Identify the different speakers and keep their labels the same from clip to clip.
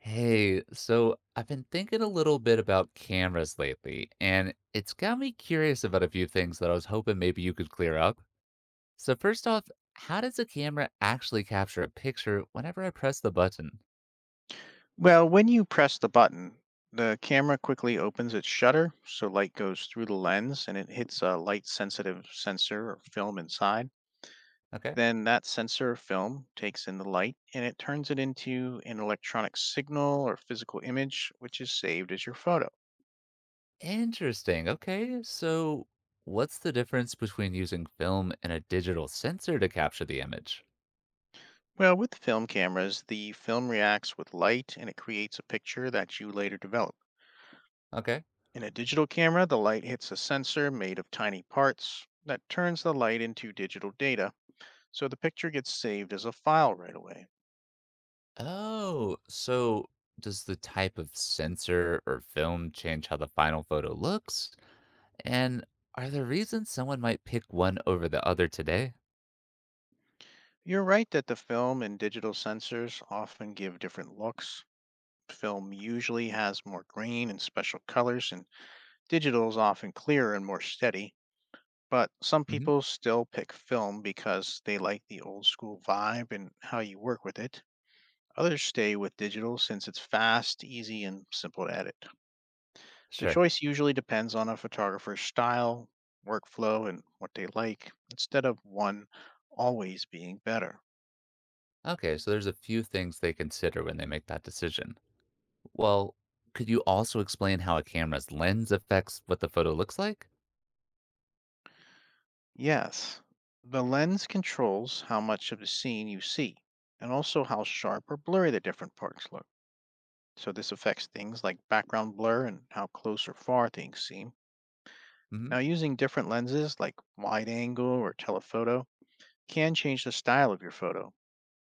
Speaker 1: Hey, so I've been thinking a little bit about cameras lately, and it's got me curious about a few things that I was hoping maybe you could clear up. So, first off, how does a camera actually capture a picture whenever I press the button?
Speaker 2: Well, when you press the button, the camera quickly opens its shutter, so light goes through the lens and it hits a light sensitive sensor or film inside.
Speaker 1: Okay.
Speaker 2: Then that sensor or film takes in the light and it turns it into an electronic signal or physical image, which is saved as your photo.
Speaker 1: Interesting. Okay, so what's the difference between using film and a digital sensor to capture the image?
Speaker 2: Well, with film cameras, the film reacts with light and it creates a picture that you later develop.
Speaker 1: Okay.
Speaker 2: In a digital camera, the light hits a sensor made of tiny parts that turns the light into digital data so the picture gets saved as a file right away.
Speaker 1: Oh, so does the type of sensor or film change how the final photo looks? And are there reasons someone might pick one over the other today?
Speaker 2: You're right that the film and digital sensors often give different looks. Film usually has more green and special colors, and digital is often clearer and more steady. But some
Speaker 1: Hmm.
Speaker 2: people still pick film because they like the old school vibe and how you work with it. Others stay with digital since it's fast, easy, and simple to edit. The
Speaker 1: Sure.
Speaker 2: choice usually depends on a photographer's style, workflow, and what they like, instead of one always being better.
Speaker 1: Okay, so there's a few things they consider when they make that decision. Well, could you also explain how a camera's lens affects what the photo looks like?
Speaker 2: Yes, the lens controls how much of the scene you see, and also how sharp or blurry the different parts look. So, this affects things like background blur and how close or far things seem.
Speaker 1: Hmm.
Speaker 2: Now, using different lenses like wide angle or telephoto can change the style of your photo.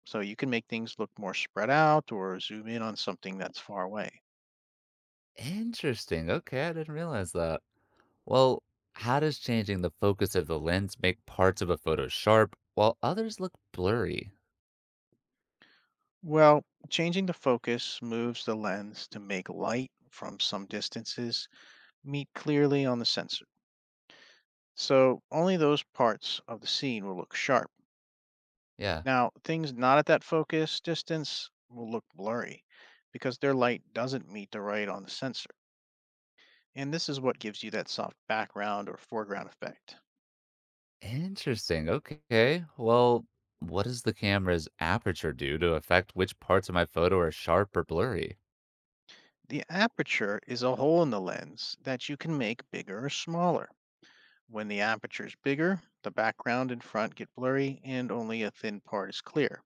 Speaker 2: So, you can make things look more spread out or zoom in on something that's far away.
Speaker 1: Interesting. Okay, I didn't realize that. Well, how does changing the focus of the lens make parts of a photo sharp while others look blurry?
Speaker 2: Well, changing the focus moves the lens to make light from some distances meet clearly on the sensor. So only those parts of the scene will look sharp.
Speaker 1: Yeah.
Speaker 2: Now, things not at that focus distance will look blurry because their light doesn't meet the right on the sensor. And this is what gives you that soft background or foreground effect.
Speaker 1: Interesting. Okay. Well, what does the camera's aperture do to affect which parts of my photo are sharp or blurry?
Speaker 2: The aperture is a hole in the lens that you can make bigger or smaller. When the aperture is bigger, the background and front get blurry and only a thin part is clear.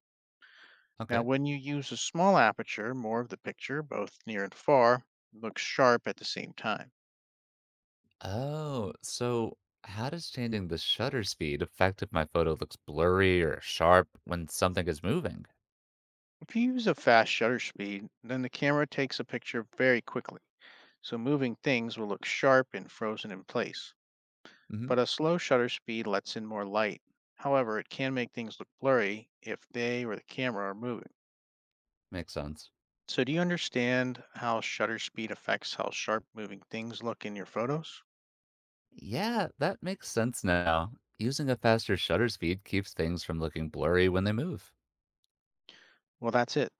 Speaker 2: Now,
Speaker 1: Okay.
Speaker 2: when you use a small aperture, more of the picture, both near and far, looks sharp at the same time.
Speaker 1: Oh, so how does changing the shutter speed affect if my photo looks blurry or sharp when something is moving?
Speaker 2: If you use a fast shutter speed, then the camera takes a picture very quickly, so moving things will look sharp and frozen in place.
Speaker 1: Hmm.
Speaker 2: But a slow shutter speed lets in more light. However, it can make things look blurry if they or the camera are moving.
Speaker 1: Makes sense.
Speaker 2: So, do you understand how shutter speed affects how sharp moving things look in your photos?
Speaker 1: Yeah, that makes sense now. Using a faster shutter speed keeps things from looking blurry when they move.
Speaker 2: Well, that's it.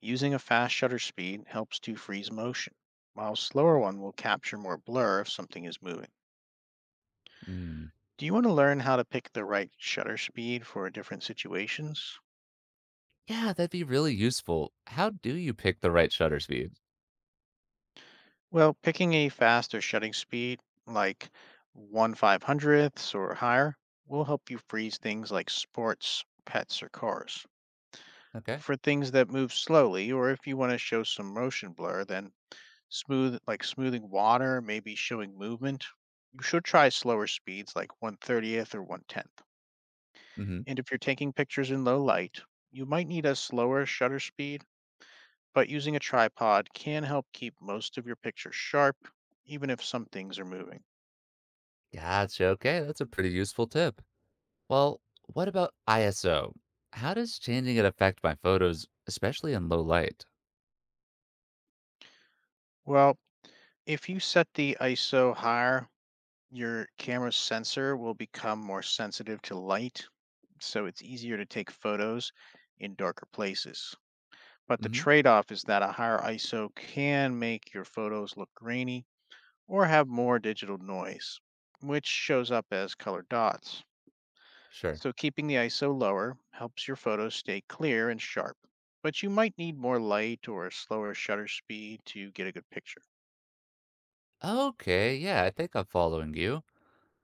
Speaker 2: Using a fast shutter speed helps to freeze motion, while a slower one will capture more blur if something is moving.
Speaker 1: Mm.
Speaker 2: Do you want to learn how to pick the right shutter speed for different situations?
Speaker 1: Yeah, that'd be really useful. How do you pick the right shutter speed?
Speaker 2: Well, picking a faster shutting speed, like 1 five hundredths or higher, will help you freeze things like sports, pets, or cars
Speaker 1: Okay.
Speaker 2: for things that move slowly, or if you want to show some motion blur, then smooth, like smoothing water, maybe showing movement. You should try slower speeds like 1/30th or 1/10th.
Speaker 1: Hmm.
Speaker 2: And if you're taking pictures in low light, you might need a slower shutter speed, but using a tripod can help keep most of your pictures sharp, even if some things are moving.
Speaker 1: Gotcha. Okay, that's a pretty useful tip. Well, what about ISO? How does changing it affect my photos, especially in low light?
Speaker 2: Well, if you set the ISO higher, your camera's sensor will become more sensitive to light, so it's easier to take photos in darker places. But the
Speaker 1: Hmm.
Speaker 2: trade-off is that a higher ISO can make your photos look grainy or have more digital noise, which shows up as colored dots.
Speaker 1: Sure.
Speaker 2: So keeping the ISO lower helps your photos stay clear and sharp, but you might need more light or a slower shutter speed to get a good picture.
Speaker 1: Okay, yeah, I think I'm following you.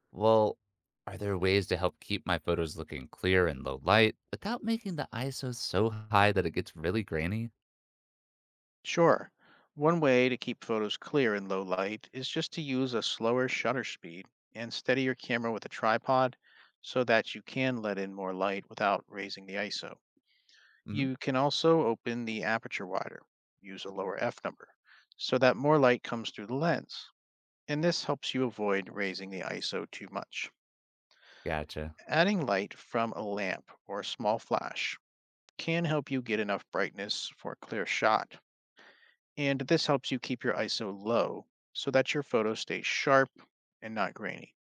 Speaker 1: Well, are there ways to help keep my photos looking clear in low light without making the ISO so high that it gets really grainy?
Speaker 2: Sure, one way to keep photos clear in low light is just to use a slower shutter speed and steady your camera with a tripod so that you can let in more light without raising the ISO.
Speaker 1: Hmm.
Speaker 2: You can also open the aperture wider, use a lower f number, so that more light comes through the lens, and this helps you avoid raising the ISO too much.
Speaker 1: Gotcha.
Speaker 2: Adding light from a lamp or a small flash can help you get enough brightness for a clear shot, and this helps you keep your ISO low so that your photo stays sharp and not grainy.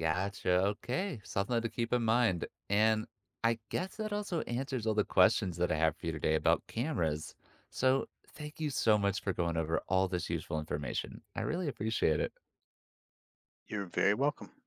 Speaker 1: Gotcha. Okay. Something to keep in mind. And I guess that also answers all the questions that I have for you today about cameras. So thank you so much for going over all this useful information. I really appreciate it.
Speaker 2: You're very welcome.